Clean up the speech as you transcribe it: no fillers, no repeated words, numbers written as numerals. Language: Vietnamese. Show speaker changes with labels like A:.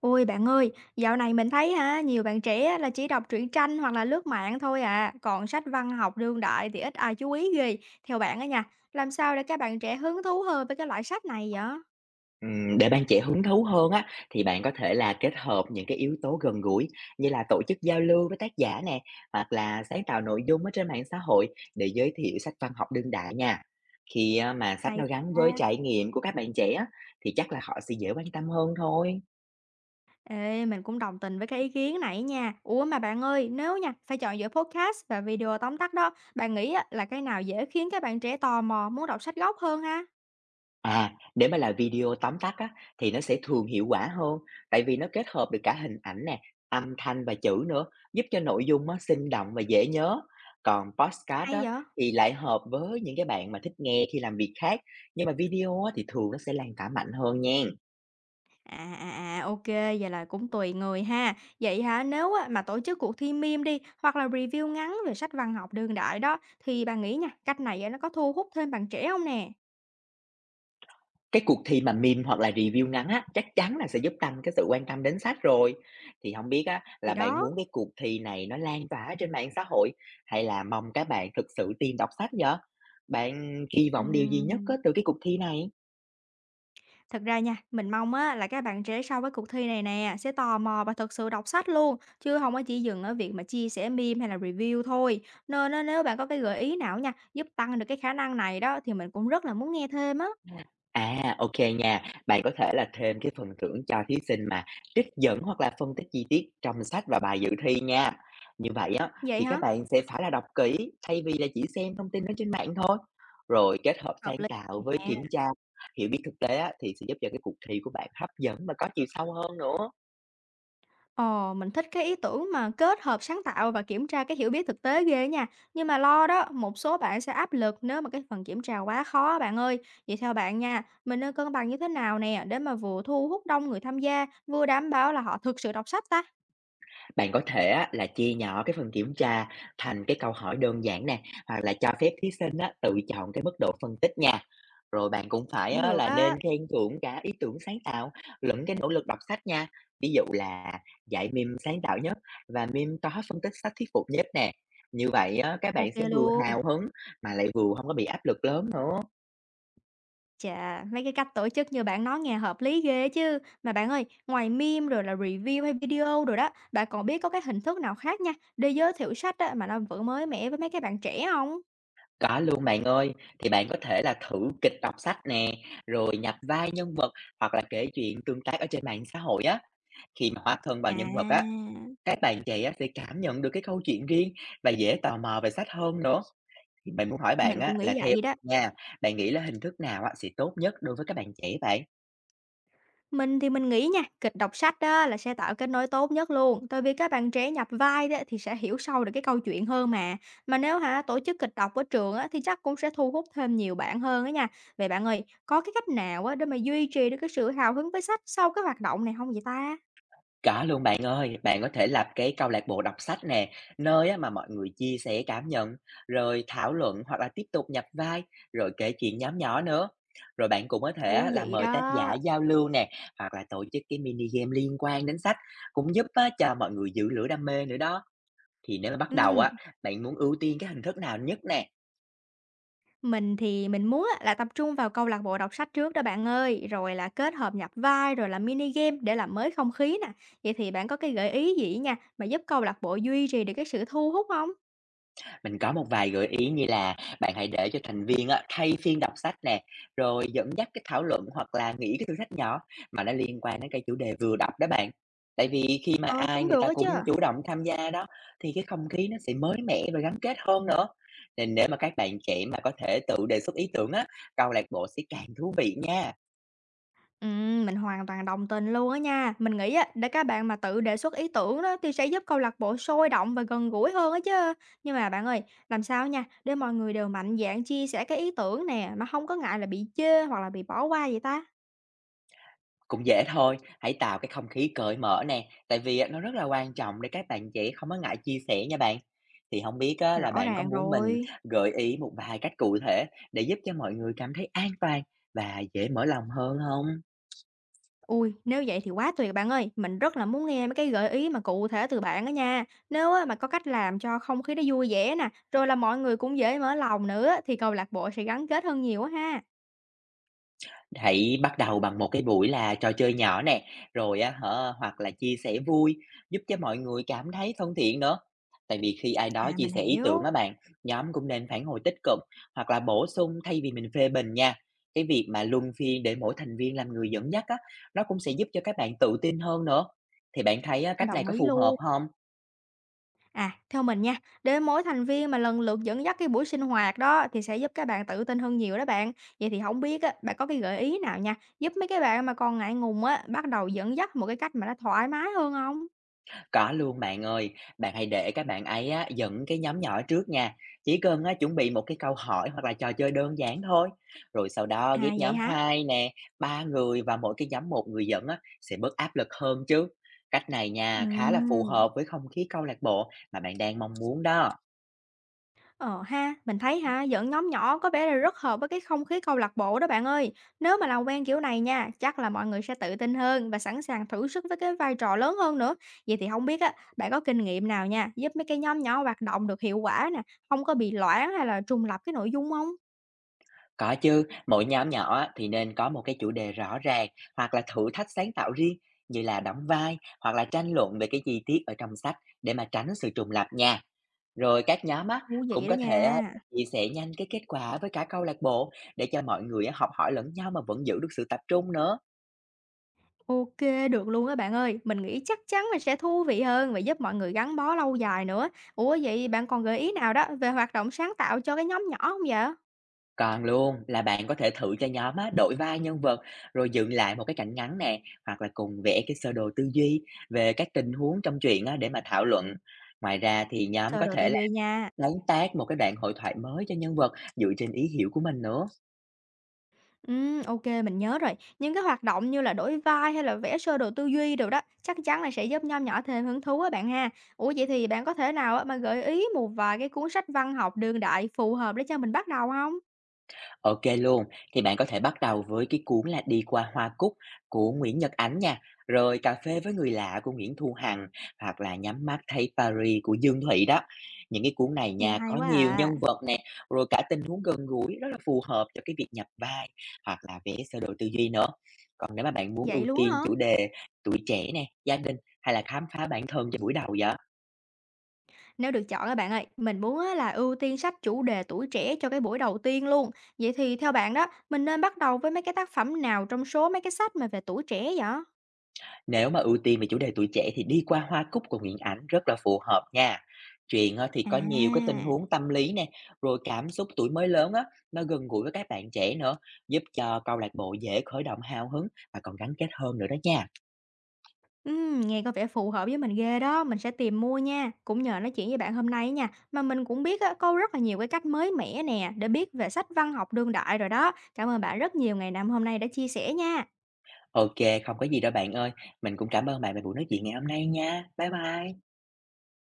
A: Ôi bạn ơi, dạo này mình thấy ha nhiều bạn trẻ á là chỉ đọc truyện tranh hoặc là lướt mạng thôi à, còn sách văn học đương đại thì ít ai chú ý ghê. Theo bạn á nha, làm sao để các bạn trẻ hứng thú hơn với cái loại sách này vậy?
B: Để bạn trẻ hứng thú hơn á, thì bạn có thể là kết hợp những cái yếu tố gần gũi như là tổ chức giao lưu với tác giả nè, hoặc là sáng tạo nội dung ở trên mạng xã hội để giới thiệu sách văn học đương đại nha. Khi á, mà sách
A: Hay
B: nó gắn với
A: quá.
B: trải nghiệm của các bạn trẻ á, thì chắc là họ sẽ dễ quan tâm hơn thôi.
A: Ê, mình cũng đồng tình với cái ý kiến này nha. Ủa mà bạn ơi, nếu nha, phải chọn giữa podcast và video tóm tắt đó, bạn nghĩ á, là cái nào dễ khiến các bạn trẻ tò mò muốn đọc sách gốc hơn ha?
B: À, để mà làm video tóm tắt á, thì nó sẽ thường hiệu quả hơn, tại vì nó kết hợp được cả hình ảnh nè, âm thanh và chữ nữa, giúp cho nội dung á, sinh động và dễ nhớ. Còn podcast
A: Hay
B: á,
A: vậy?
B: thì lại hợp với những cái bạn mà thích nghe khi làm việc khác, nhưng mà video á, thì thường nó sẽ lan tỏa mạnh hơn nha.
A: À, à, à, ô vậy là cũng tùy người ha. Vậy hả, nếu á mà tổ chức cuộc thi meme đi, hoặc là review ngắn về sách văn học đương đại đó, thì bạn nghĩ nha, cách này á nó có thu hút thêm bạn trẻ không nè?
B: Cái cuộc thi mà meme hoặc là review ngắn á, chắc chắn là sẽ giúp tăng cái sự quan tâm đến sách rồi. Thì không biết á
A: Thì
B: là bạn
A: đó,
B: muốn cái cuộc thi này nó lan tỏa trên mạng xã hội hay là mong các bạn thực sự tìm đọc sách vậy? Bạn kỳ vọng điều gì nhất á
A: ừm,
B: từ cái cuộc thi này?
A: thật ra nha, mình mong á là các bạn trẻ sau với cuộc thi này nè sẽ tò mò và thực sự đọc sách luôn, chứ không có chỉ dừng ở việc mà chia sẻ meme hay là review thôi. Nên á nếu bạn có cái gợi ý nào nha, giúp tăng được cái khả năng này đó thì mình cũng rất là muốn nghe thêm á.
B: À, OK nha. Bạn có thể là thêm cái phần thưởng cho thí sinh mà trích dẫn hoặc là phân tích chi tiết trong sách và bài dự thi nha. Như vậy á,
A: Vậy
B: thì các
A: hả?
B: bạn sẽ phải là đọc kỹ thay vì là chỉ xem thông tin ở trên mạng thôi. Rồi kết hợp
A: Hợp
B: sáng
A: lý.
B: tạo với kiểm tra, hiểu biết thực tế á, thì sẽ giúp cho cái cuộc thi của bạn hấp dẫn và có chiều sâu hơn nữa.
A: Ồ mình thích cái ý tưởng mà kết hợp sáng tạo và kiểm tra cái hiểu biết thực tế ghê nha. Nhưng mà lo đó, một số bạn sẽ áp lực nếu mà cái phần kiểm tra quá khó á bạn ơi. Vậy theo bạn nha, mình nên cân bằng như thế nào nè để mà vừa thu hút đông người tham gia, vừa đảm bảo là họ thực sự đọc sách ta?
B: Bạn có thể á, là chia nhỏ cái phần kiểm tra thành cái câu hỏi đơn giản nè, hoặc là cho phép thí sinh á, tự chọn cái mức độ phân tích nha. Rồi bạn cũng phải
A: Cũng
B: á,
A: được
B: là
A: á.
B: nên khen thưởng cả ý tưởng sáng tạo lẫn cái nỗ lực đọc sách nha. Ví dụ là giải meme sáng tạo nhất và meme có phân tích sách thuyết phục nhất nè. Như vậy á, các bạn
A: Ok
B: sẽ vừa
A: luôn.
B: hào hứng mà lại vừa không có bị áp lực lớn nữa.
A: Chà, mấy cái cách tổ chức như bạn nói nghe hợp lý ghê chứ. Mà bạn ơi, ngoài meme rồi là review hay video rồi đó, bạn còn biết có cái hình thức nào khác nha, để giới thiệu sách á, mà nó vẫn mới mẻ với mấy cái bạn trẻ không?
B: Có luôn bạn ơi, thì bạn có thể là thử kịch đọc sách nè, rồi nhập vai nhân vật hoặc là kể chuyện tương tác ở trên mạng xã hội á. Khi mà hóa thân vào
A: À.
B: nhân vật á, các bạn trẻ á sẽ cảm nhận được cái câu chuyện riêng và dễ tò mò về sách hơn nữa. Thì mình muốn hỏi bạn
A: Mình
B: á
A: cũng
B: là
A: nghĩ
B: theo
A: vậy đó.
B: nha, bạn nghĩ là hình thức nào á sẽ tốt nhất đối với các bạn trẻ vậy?
A: Mình thì mình nghĩ nha, kịch đọc sách đó là sẽ tạo kết nối tốt nhất luôn, tại vì các bạn trẻ nhập vai đó thì sẽ hiểu sâu được cái câu chuyện hơn mà. Mà nếu hả tổ chức kịch đọc ở trường á thì chắc cũng sẽ thu hút thêm nhiều bạn hơn á nha. Vậy bạn ơi, có cái cách nào á để mà duy trì được cái sự hào hứng với sách sau cái hoạt động này không vậy ta?
B: Có luôn bạn ơi, bạn có thể lập cái câu lạc bộ đọc sách nè, nơi á mà mọi người chia sẻ cảm nhận, rồi thảo luận hoặc là tiếp tục nhập vai, rồi kể chuyện nhóm nhỏ nữa. Rồi bạn cũng có thể
A: Thú
B: á, là
A: vị
B: mời tác giả
A: đó.
B: giao lưu nè, hoặc là tổ chức cái mini game liên quan đến sách, cũng giúp á, cho mọi người giữ lửa đam mê nữa đó. Thì nếu mà bắt đầu
A: Ừ.
B: á, bạn muốn ưu tiên cái hình thức nào nhất nè?
A: Mình thì mình muốn á là tập trung vào câu lạc bộ đọc sách trước đó bạn ơi, rồi là kết hợp nhập vai rồi là mini game để làm mới không khí nè. Vậy thì bạn có cái gợi ý gì nha mà giúp câu lạc bộ duy trì được cái sự thu hút không?
B: Mình có một vài gợi ý như là bạn hãy để cho thành viên á, thay phiên đọc sách nè, rồi dẫn dắt cái thảo luận hoặc là nghĩ cái thử thách nhỏ mà nó liên quan đến cái chủ đề vừa đọc đó bạn. Tại vì khi mà
A: Ờ,
B: ai
A: cũng
B: người
A: được
B: ta
A: đó
B: cũng
A: chứ.
B: chủ động tham gia đó thì cái không khí nó sẽ mới mẻ và gắn kết hơn nữa. Nên nếu mà các bạn trẻ mà có thể tự đề xuất ý tưởng á, câu lạc bộ sẽ càng thú vị nha.
A: Ừ, mình hoàn toàn đồng tình luôn á nha. Mình nghĩ á, để các bạn mà tự đề xuất ý tưởng đó thì sẽ giúp câu lạc bộ sôi động và gần gũi hơn á chứ. Nhưng mà bạn ơi, làm sao nha để mọi người đều mạnh dạn chia sẻ cái ý tưởng nè mà không có ngại là bị chê hoặc là bị bỏ qua vậy ta?
B: Cũng dễ thôi, hãy tạo cái không khí cởi mở nè, tại vì á, nó rất là quan trọng để các bạn trẻ không có ngại chia sẻ nha bạn. Thì không biết á, là
A: Rõ
B: bạn có
A: ràng
B: muốn mình
A: rồi.
B: gợi ý một vài cách cụ thể để giúp cho mọi người cảm thấy an toàn và dễ mở lòng hơn không?
A: Ui nếu vậy thì quá tuyệt bạn ơi, mình rất là muốn nghe mấy cái gợi ý mà cụ thể từ bạn đó nha. Nếu á, mà có cách làm cho không khí nó vui vẻ nè, rồi là mọi người cũng dễ mở lòng nữa thì câu lạc bộ sẽ gắn kết hơn nhiều á ha.
B: Hãy bắt đầu bằng một cái buổi là trò chơi nhỏ nè, rồi á hả, hoặc là chia sẻ vui, giúp cho mọi người cảm thấy thân thiện nữa. Tại vì khi ai đó
A: À
B: chia
A: mình
B: sẻ ý
A: hiểu,
B: tưởng á bạn, nhóm cũng nên phản hồi tích cực hoặc là bổ sung thay vì mình phê bình nha. Cái việc mà luân phiên để mỗi thành viên làm người dẫn dắt á, nó cũng sẽ giúp cho các bạn tự tin hơn nữa. Thì bạn thấy á, cách này
A: đồng
B: có
A: ý
B: phù hợp
A: luôn.
B: không?
A: À theo mình nha, để mỗi thành viên mà lần lượt dẫn dắt cái buổi sinh hoạt đó thì sẽ giúp các bạn tự tin hơn nhiều đó bạn. Vậy thì không biết á, bạn có cái gợi ý nào nha, giúp mấy cái bạn mà còn ngại ngùng á bắt đầu dẫn dắt một cái cách mà nó thoải mái hơn không?
B: Có luôn bạn ơi, bạn hãy để các bạn ấy á, dẫn cái nhóm nhỏ trước nha. Chỉ cần á, chuẩn bị một cái câu hỏi hoặc là trò chơi đơn giản thôi. Rồi sau đó ghép
A: À vậy
B: nhóm
A: hả?
B: 2 nè, 3 người và mỗi cái nhóm một người dẫn á, sẽ bớt áp lực hơn chứ. Cách này nha, khá là phù
A: Ừm.
B: hợp với không khí câu lạc bộ mà bạn đang mong muốn đó.
A: Ờ ha, mình thấy ha, dẫn nhóm nhỏ có vẻ là rất hợp với cái không khí câu lạc bộ đó bạn ơi. Nếu mà làm quen kiểu này nha, chắc là mọi người sẽ tự tin hơn và sẵn sàng thử sức với cái vai trò lớn hơn nữa. Vậy thì không biết á, bạn có kinh nghiệm nào nha, giúp mấy cái nhóm nhỏ hoạt động được hiệu quả nè, không có bị loãng hay là trùng lặp cái nội dung không?
B: Có chứ, mỗi nhóm nhỏ á, thì nên có một cái chủ đề rõ ràng hoặc là thử thách sáng tạo riêng như là đóng vai hoặc là tranh luận về cái chi tiết ở trong sách để mà tránh sự trùng lặp nha. Rồi các nhóm á,
A: Thú
B: cũng
A: vị đó
B: có thể á
A: nha.
B: chia sẻ nhanh cái kết quả với cả câu lạc bộ để cho mọi người á học hỏi lẫn nhau mà vẫn giữ được sự tập trung nữa.
A: Ok, được luôn á bạn ơi. Mình nghĩ chắc chắn là sẽ thú vị hơn và giúp mọi người gắn bó lâu dài nữa. Ủa vậy bạn còn gợi ý nào đó về hoạt động sáng tạo cho cái nhóm nhỏ không vậy?
B: Còn luôn là bạn có thể thử cho nhóm á đổi vai nhân vật rồi dựng lại một cái cảnh ngắn nè hoặc là cùng vẽ cái sơ đồ tư duy về các tình huống trong chuyện á để mà thảo luận. Ngoài ra thì nhóm
A: Sơ
B: có
A: đồ tư
B: thể là
A: duy nha.
B: sáng tác một cái đoạn hội thoại mới cho nhân vật dựa trên ý hiểu của mình nữa.
A: Ô mình nhớ rồi. Những cái hoạt động như là đổi vai hay là vẽ sơ đồ tư duy đều đó, chắc chắn là sẽ giúp nhóm nhỏ thêm hứng thú á bạn ha. Ủa, vậy thì bạn có thể nào á mà gợi ý một vài cái cuốn sách văn học đương đại phù hợp để cho mình bắt đầu không?
B: OK luôn, thì bạn có thể bắt đầu với cái cuốn là "Đi qua Hoa Cúc" của Nguyễn Nhật Ánh nha, rồi "Cà phê với người lạ" của Nguyễn Thu Hằng, hoặc là "Nhắm mắt thấy Paris" của Dương Thụy đó. Những cái cuốn này
A: Nghe
B: nha,
A: hay
B: có
A: quá
B: nhiều nhân
A: à.
B: vật nè, rồi cả tình huống gần gũi, rất là phù hợp cho cái việc nhập vai hoặc là vẽ sơ đồ tư duy nữa. Còn nếu mà bạn muốn
A: Vậy
B: ưu
A: luôn á
B: tiên
A: hả?
B: chủ đề tuổi trẻ nè, gia đình hay là khám phá bản thân cho buổi đầu vậy?
A: Nếu được chọn á bạn ơi, mình muốn á là ưu tiên sách chủ đề tuổi trẻ cho cái buổi đầu tiên luôn. Vậy thì theo bạn đó, mình nên bắt đầu với mấy cái tác phẩm nào trong số mấy cái sách mà về tuổi trẻ vậy?
B: Nếu mà ưu tiên về chủ đề tuổi trẻ thì Đi qua Hoa Cúc của Nguyễn Ánh rất là phù hợp nha. Chuyện á, thì có nhiều cái tình
A: À.
B: huống tâm lý nè, rồi cảm xúc tuổi mới lớn á, nó gần gũi với các bạn trẻ nữa, giúp cho câu lạc bộ dễ khởi động hào hứng và còn gắn kết hơn nữa đó nha.
A: Nghe có vẻ phù hợp với mình ghê đó, mình sẽ tìm mua nha. Cũng nhờ nói chuyện với bạn hôm nay á nha, mà mình cũng biết á, có rất là nhiều cái cách mới mẻ nè, để biết về sách văn học đương đại rồi đó. Cảm ơn bạn rất nhiều ngày năm hôm nay đã chia sẻ nha.
B: OK, không có gì đâu bạn ơi. Mình cũng cảm ơn bạn về buổi nói chuyện ngày hôm nay nha. Bye bye.